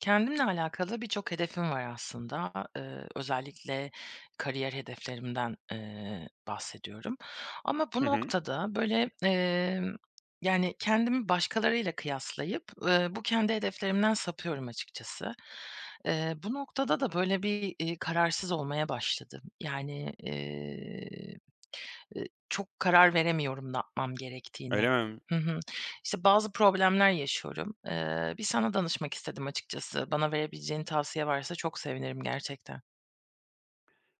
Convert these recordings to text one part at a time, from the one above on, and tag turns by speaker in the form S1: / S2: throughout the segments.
S1: Kendimle alakalı birçok hedefim var aslında. Özellikle kariyer hedeflerimden, bahsediyorum ama
S2: Hı
S1: bu
S2: hı.
S1: noktada, böyle, yani, kendimi başkalarıyla kıyaslayıp, bu kendi hedeflerimden sapıyorum açıkçası. Bu noktada da, böyle, bir, kararsız olmaya başladım. Yani, çok karar veremiyorum ne yapmam gerektiğine.
S2: Öyle mi?
S1: Hı hı. İşte, bazı problemler yaşıyorum. Bir sana danışmak istedim açıkçası. Bana verebileceğin tavsiye varsa çok sevinirim gerçekten.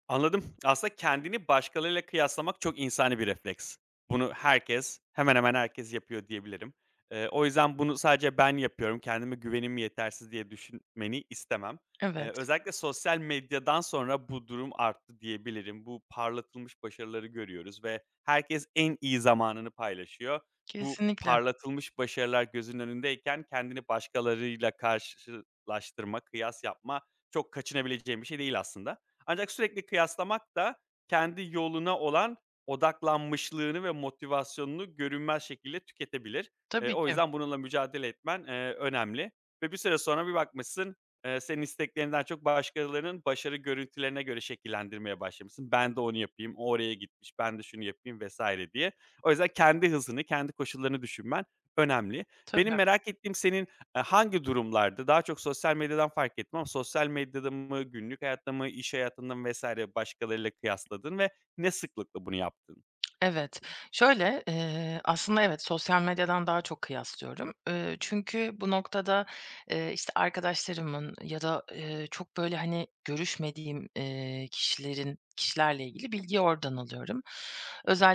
S2: Anladım. Aslında kendini başkalarıyla kıyaslamak çok insani bir refleks. Bunu herkes, hemen hemen herkes yapıyor diyebilirim. O yüzden bunu sadece ben yapıyorum, kendime güvenim yetersiz diye düşünmeni istemem. Eee,
S1: Evet,
S2: özellikle sosyal medyadan sonra bu durum arttı diyebilirim. Bu parlatılmış başarıları görüyoruz ve herkes en iyi zamanını paylaşıyor. Bu
S1: kesinlikle.
S2: parlatılmış başarılar gözünün önündeyken kendini başkalarıyla karşılaştırma, kıyas yapma çok kaçınabileceğim bir şey değil aslında. Ancak sürekli kıyaslamak da kendi yoluna olan odaklanmışlığını ve motivasyonunu görünmez şekilde tüketebilir. Eee,
S1: Tabii
S2: o
S1: ki,
S2: yüzden bununla mücadele etmen, önemli ve bir süre sonra bir bakmışsın, senin isteklerinden çok başkalarının başarı görüntülerine göre şekillendirmeye başlamışsın. "Ben de onu yapayım, o oraya gitmiş, ben de şunu yapayım." vs. diye. O yüzden kendi hızını, kendi koşullarını düşünmen önemli. Benim
S1: tabii.
S2: merak ettiğim senin hangi durumlarda? Daha çok sosyal medyadan fark ettim ama sosyal medyada mı, günlük hayatta mı, iş hayatında mı vs. başkalarıyla kıyasladın ve ne sıklıkla bunu yaptın?
S1: Evet. Şöyle, aslında evet, sosyal medyadan daha çok kıyaslıyorum. Çünkü bu noktada, işte, arkadaşlarımın ya da, çok böyle, hani, görüşmediğim, kişilerin kişilerle ilgili bilgiyi oradan alıyorum.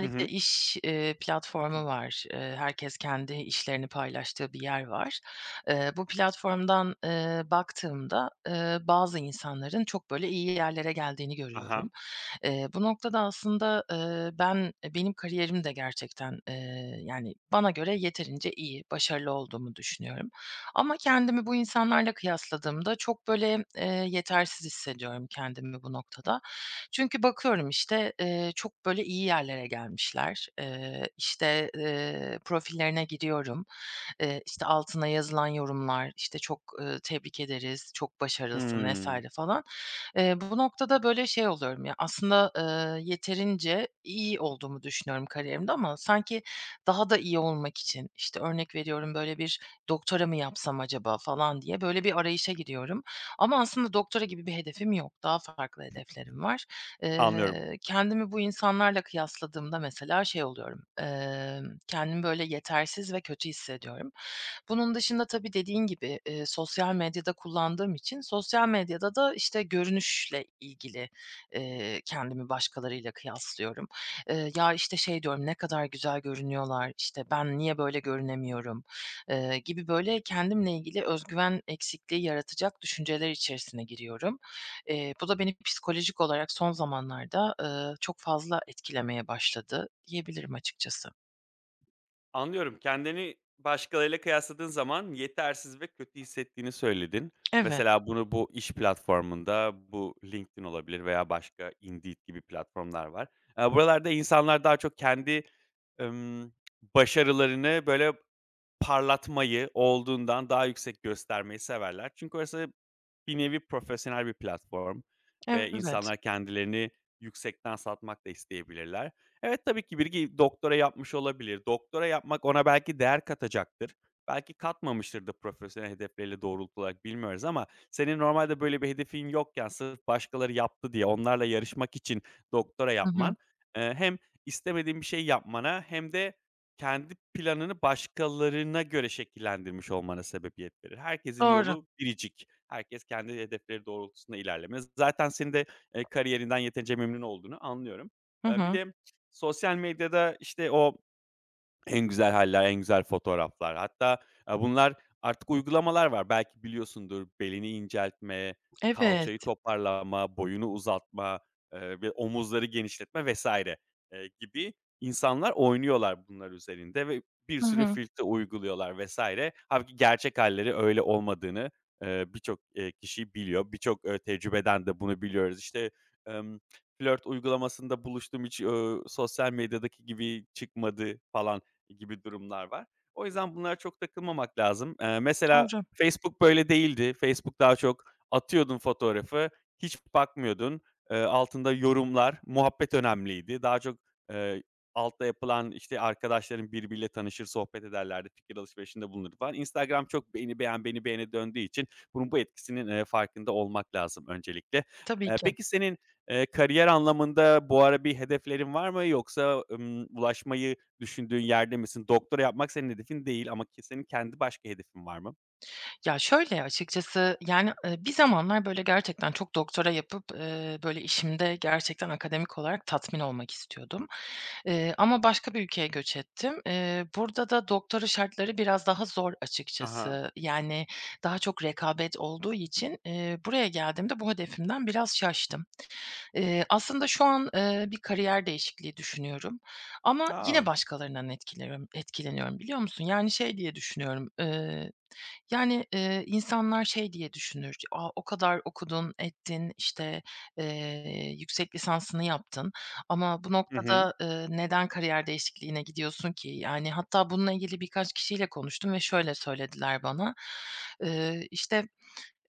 S2: Hı hı.
S1: iş, platformu var. Herkes kendi işlerini paylaştığı bir yer var. Bu platformdan, baktığımda, bazı insanların çok böyle iyi yerlere geldiğini
S2: Ha.
S1: görüyorum. Bu noktada aslında, benim kariyerim de gerçekten, yani, bana göre yeterince iyi, başarılı olduğumu düşünüyorum ama kendimi bu insanlarla kıyasladığımda çok, böyle, yetersiz hissediyorum kendimi bu noktada. Çünkü bakıyorum, işte, çok, böyle, iyi yerlere gelmişler. İşte, profillerine giriyorum. İşte, altına yazılan yorumlar, işte, çok, tebrik ederiz, çok başarılısın
S2: Hımm.
S1: vs. falan. Bu noktada, böyle, şey oluyorum ya, aslında, yeterince iyi olduğumu düşünüyorum kariyerimde ama sanki daha da iyi olmak için, işte, örnek veriyorum, böyle, bir doktora mı yapsam acaba falan diye, böyle, bir arayışa giriyorum. Ama aslında doktora gibi bir hedefim yok. Daha farklı hedeflerim var.
S2: Anlıyorum.
S1: Eee, Kendimi bu insanlarla kıyasladığımda mesela şey oluyorum, kendimi, böyle, yetersiz ve kötü hissediyorum. Bunun dışında tabii dediğin gibi, sosyal medyada kullandığım için sosyal medyada da, işte, görünüşle ilgili, kendimi başkalarıyla kıyaslıyorum. Ya, işte, şey diyorum, "Ne kadar güzel görünüyorlar, işte, ben niye böyle görünemiyorum?" Gibi böyle kendimle ilgili özgüven eksikliği yaratacak düşünceler içerisine giriyorum. Bu da beni psikolojik olarak son zamanlarda, çok fazla etkilemeye başladı diyebilirim açıkçası.
S2: Anlıyorum. Kendini başkalarıyla kıyasladığın zaman yetersiz ve kötü hissettiğini söyledin.
S1: Evet,
S2: Mesela bunu bu iş platformunda, bu LinkedIn olabilir veya başka Indeed gibi platformlar var. Buralarda insanlar daha çok kendi, emm, başarılarını böyle parlatmayı, olduğundan daha yüksek göstermeyi severler. Çünkü orası bir nevi profesyonel bir platform ve
S1: evet.
S2: insanlar kendilerini yüksekten satmak da isteyebilirler. Evet, tabii ki biri doktora yapmış olabilir. Doktora yapmak ona belki değer katacaktır. Belki katmamıştır da profesyonel hedefleriyle doğrultu olarak bilmiyoruz ama senin normalde böyle bir hedefin yokken sırf başkaları yaptı diye onlarla yarışmak için doktora
S1: Hı hı.
S2: yapman, hem istemediğin bir şey yapmana hem de kendi planını başkalarına göre şekillendirmiş olmana sebebiyet verir. Herkesin
S1: Doğru.
S2: yolu biricik. Herkes kendi hedefleri doğrultusunda ilerlemez. Zaten senin de, kariyerinden yeterince memnun olduğunu anlıyorum.
S1: Hı
S2: Bir
S1: hı.
S2: de sosyal medyada, işte, o en güzel haller, en güzel fotoğraflar. Hatta, aaa, bunlar artık uygulamalar var. Belki biliyorsundur belini inceltme, e,
S1: Evet.
S2: kalçayı toparlama, boyunu uzatma, ve omuzları genişletme vesaire gibi insanlar oynuyorlar bunlar üzerinde ve bir
S1: Hı
S2: sürü
S1: hı.
S2: filtre uyguluyorlar vs. Hâlbuki gerçek halleri öyle olmadığını, birçok, kişi biliyor. Birçok, tecrübeden de bunu biliyoruz. İşte, emm, flört uygulamasında buluştum, hiç, sosyal medyadaki gibi çıkmadı falan gibi durumlar var. O yüzden bunlara çok takılmamak lazım. Mesela
S1: Doğru.
S2: Facebook böyle değildi. Facebook daha çok atıyordun fotoğrafı, hiç bakmıyordun. Altında yorumlar, muhabbet önemliydi. Daha çok, eee, altta yapılan, işte, arkadaşların birbiriyle tanışır, sohbet ederlerdi, fikir alışverişinde bulunurdu falan. Instagram çok beni beğen, beni beğene döndüğü için bunun bu etkisinin, farkında olmak lazım öncelikle.
S1: Tabii
S2: Eee,
S1: ki.
S2: peki senin, kariyer anlamında bu ara bir hedeflerin var mı? Yoksa, ulaşmayı düşündüğün yerde misin? Doktora yapmak senin hedefin değil ama ki senin kendi başka hedefin var mı?
S1: Ya, şöyle açıkçası, yani, bir zamanlar böyle gerçekten çok doktora yapıp, böyle işimde gerçekten akademik olarak tatmin olmak istiyordum. Ama başka bir ülkeye göç ettim. Burada da doktora şartları biraz daha zor
S2: Aha.
S1: açıkçası. Yani, daha çok rekabet olduğu için, buraya geldiğimde bu hedefimden biraz şaştım. Aslında şu an, bir kariyer değişikliği düşünüyorum ama
S2: Ha.
S1: yine
S2: A!
S1: başkalarından etkileniyorum etkileniyorum, biliyor musun? Yani şey diye düşünüyorum, yani, insanlar şey diye düşünür, "A, o kadar okudun, ettin, işte, yüksek lisansını yaptın ama bu
S2: Hı hı.
S1: noktada, neden kariyer değişikliğine gidiyorsun ki?" Yani, hatta bununla ilgili birkaç kişiyle konuştum ve şöyle söylediler bana, işte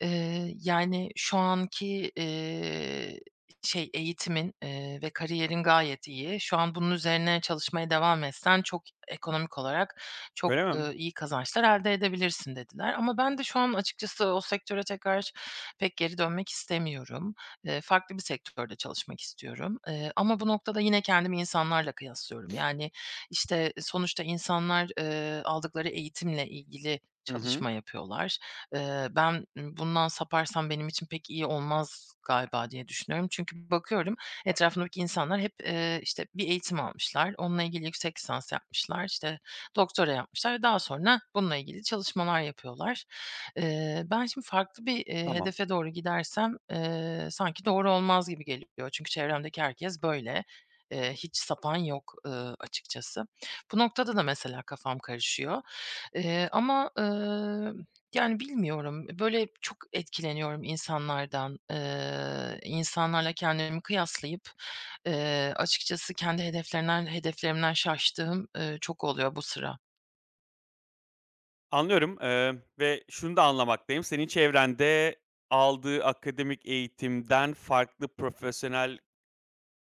S1: Yani, şu anki, şey, eğitimin, ve kariyerin gayet iyi. Şu an bunun üzerine çalışmaya devam etsen çok ekonomik olarak çok,
S2: Öyle mi?
S1: iyi kazançlar elde edebilirsin dediler. Ama ben de şu an açıkçası o sektöre tekrar pek geri dönmek istemiyorum. Farklı bir sektörde çalışmak istiyorum. Ama bu noktada yine kendimi insanlarla kıyaslıyorum. Yani, işte, sonuçta insanlar, aldıkları eğitimle ilgili
S2: Hı hı.
S1: çalışma yapıyorlar. Ben, bundan saparsam benim için pek iyi olmaz galiba diye düşünüyorum. Çünkü bakıyorum etrafımdaki insanlar hep, işte, bir eğitim almışlar, onunla ilgili yüksek lisans yapmışlar, işte, doktora yapmışlar ve daha sonra bununla ilgili çalışmalar yapıyorlar. Ben şimdi farklı bir,
S2: Tamam.
S1: hedefe doğru gidersem, sanki doğru olmaz gibi geliyor. Çünkü çevremdeki herkes böyle. Hiç sapan yok, açıkçası. Bu noktada da mesela kafam karışıyor. Ama, yani, bilmiyorum. Böyle, çok etkileniyorum insanlardan. İnsanlarla kendimi kıyaslayıp, açıkçası kendi hedeflerimden şaştığım, çok oluyor bu sıra.
S2: Anlıyorum, ve şunu da anlamaktayım, senin çevrende aldığı akademik eğitimden farklı profesyonel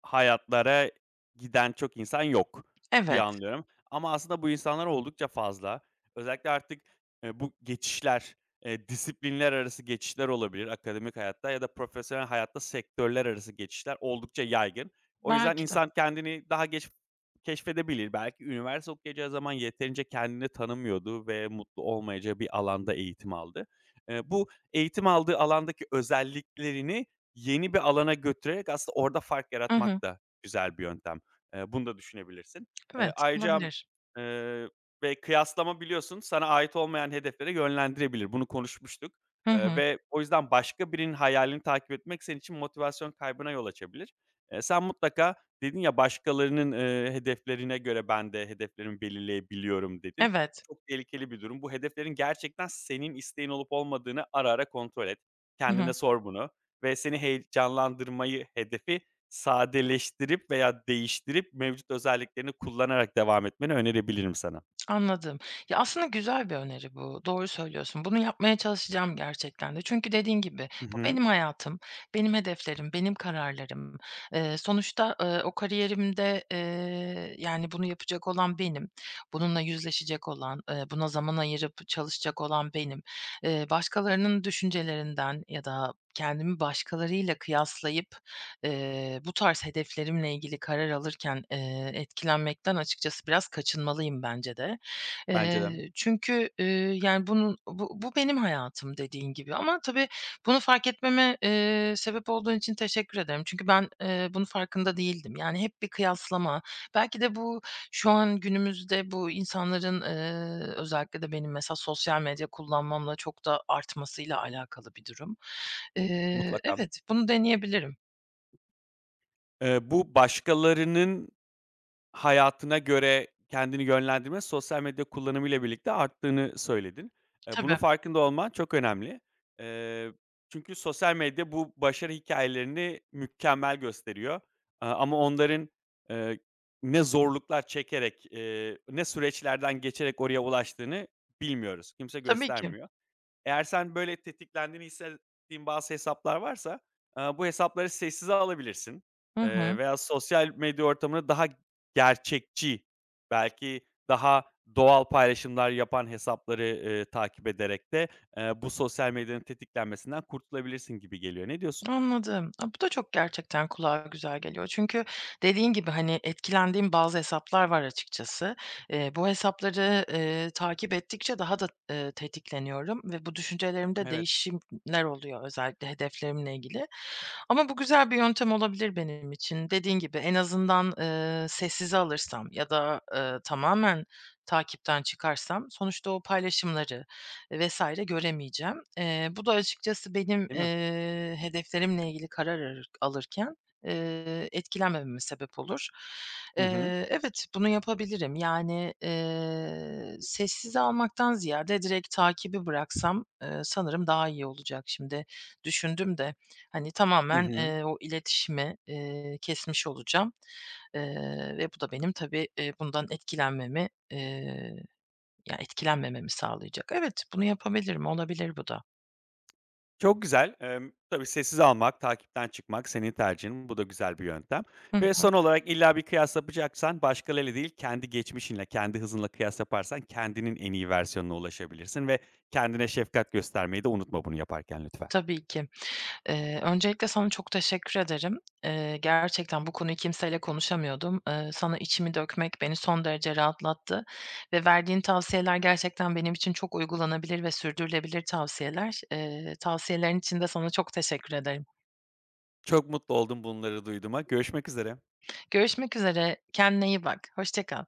S2: hayatlara giden çok insan yok diye
S1: Evet,
S2: anlıyorum ama aslında bu insanlar oldukça fazla. Özellikle artık, bu geçişler, disiplinler arası geçişler olabilir akademik hayatta ya da profesyonel hayatta sektörler arası geçişler oldukça yaygın. O yüzden
S1: belki de.
S2: insan kendini daha geç keşfedebilir. Belki üniversite okuyacağı zaman yeterince kendini tanımıyordu ve mutlu olmayacağı bir alanda eğitim aldı. Bu eğitim aldığı alandaki özelliklerini yeni bir alana götürerek aslında orada fark
S1: Hı hı.
S2: yaratmak da güzel bir yöntem. Bunu da düşünebilirsin. Eee,
S1: Evet,
S2: ayrıca,
S1: olabilir.
S2: eee, ve kıyaslama biliyorsun sana ait olmayan hedeflere yönlendirebilir. Bunu konuşmuştuk,
S1: Hı hı.
S2: ve o yüzden başka birinin hayalini takip etmek senin için motivasyon kaybına yol açabilir. Sen mutlaka dedin ya, "Başkalarının, hedeflerine göre ben de hedeflerimi belirleyebiliyorum." dedin. Bu
S1: Evet.
S2: çok tehlikeli bir durum. Bu hedeflerin gerçekten senin isteğin olup olmadığını ara ara kontrol et.
S1: Hı
S2: Kendine
S1: hı.
S2: sor bunu ve seni heyecanlandırmayı hedefi sadeleştirip veya değiştirip mevcut özelliklerini kullanarak devam etmeni önerebilirim sana.
S1: Anladım. Ya, aslında güzel bir öneri bu. Doğru söylüyorsun. Bunu yapmaya çalışacağım gerçekten de. Çünkü dediğin gibi
S2: Hı
S1: bu
S2: hı.
S1: benim hayatım, benim hedeflerim, benim kararlarım. Sonuçta, o kariyerimde, yani, bunu yapacak olan benim. Bununla yüzleşecek olan, buna zaman ayırıp çalışacak olan benim. Başkalarının düşüncelerinden ya da kendimi başkalarıyla kıyaslayıp, bu tarz hedeflerimle ilgili karar alırken, etkilenmekten açıkçası biraz kaçınmalıyım bence de.
S2: Bence de.
S1: Çünkü, yani, bunun bu benim hayatım dediğin gibi ama tabii bunu fark etmeme, sebep olduğun için teşekkür ederim. Çünkü ben, bunun farkında değildim. Yani, hep bir kıyaslama, belki de bu şu an günümüzde bu insanların, özellikle de benim mesela sosyal medya kullanmamla çok da artmasıyla alakalı bir durum.
S2: Mutlaka.
S1: Evet, bunu deneyebilirim.
S2: Bu başkalarının hayatına göre kendini yönlendirme sosyal medya kullanımıyla birlikte arttığını söyledin. Bunun
S1: Tabii,
S2: farkında olman çok önemli. Eee, çünkü sosyal medya bu başarı hikayelerini mükemmel gösteriyor. Aaa, ama onların, eee, ne zorluklar çekerek, ne süreçlerden geçerek oraya ulaştığını bilmiyoruz. Kimse
S1: tabii ki.
S2: göstermiyor. Eğer sen böyle tetiklendiğini hissettiğin bazı hesaplar varsa, aaa, bu hesapları sessize alabilirsin,
S1: Hı hı.
S2: veya sosyal medya ortamını daha gerçekçi, belki daha doğal paylaşımlar yapan hesapları, takip ederek de, bu sosyal medyanın tetiklenmesinden kurtulabilirsin gibi geliyor. Ne diyorsun?
S1: Anladım. A, bu da çok gerçekten kulağa güzel geliyor. Çünkü dediğin gibi, hani, etkilendiğim bazı hesaplar var açıkçası. Bu hesapları, takip ettikçe daha da, tetikleniyorum ve bu düşüncelerimde
S2: Evet.
S1: değişimler oluyor özellikle hedeflerimle ilgili. Ama bu güzel bir yöntem olabilir benim için. Dediğin gibi en azından, sessize alırsam ya da, tamamen takipten çıkarsam sonuçta o paylaşımları vesaire göremeyeceğim. Bu da açıkçası benim,
S2: Değil mi?
S1: hedeflerimle ilgili karar alırken, etkilenmememe sebep olur.
S2: Hı hı.
S1: Evet, bunu yapabilirim. Yani, sessize almaktan ziyade direkt takibi bıraksam, sanırım daha iyi olacak. Şimdi düşündüm de, hani,
S2: Hı
S1: tamamen,
S2: hı.
S1: o iletişimi, kesmiş olacağım, ve bu da benim tabii, bundan etkilenmememi sağlayacak. Evet, bunu yapabilirim. Olabilir bu da.
S2: Çok güzel. Tabii sessiz almak, takipten çıkmak senin tercihin. Bu da güzel bir yöntem
S1: Hı
S2: ve
S1: hı.
S2: son olarak illa bir kıyas yapacaksan başkalarıyla değil, kendi geçmişinle, kendi hızınla kıyas yaparsan kendinin en iyi versiyonuna ulaşabilirsin ve kendine şefkat göstermeyi de unutma bunu yaparken lütfen.
S1: Tabii ki. Öncelikle sana çok teşekkür ederim. Gerçekten bu konuyu kimseyle konuşamıyordum. Sana içimi dökmek beni son derece rahatlattı ve verdiğin tavsiyeler gerçekten benim için çok uygulanabilir ve sürdürülebilir tavsiyeler. Tavsiyelerin için de sana çok teşekkür ederim.
S2: Çok mutlu oldum bunları duyduğuma. Görüşmek üzere.
S1: Görüşmek üzere. Kendine iyi bak. Hoşça kal.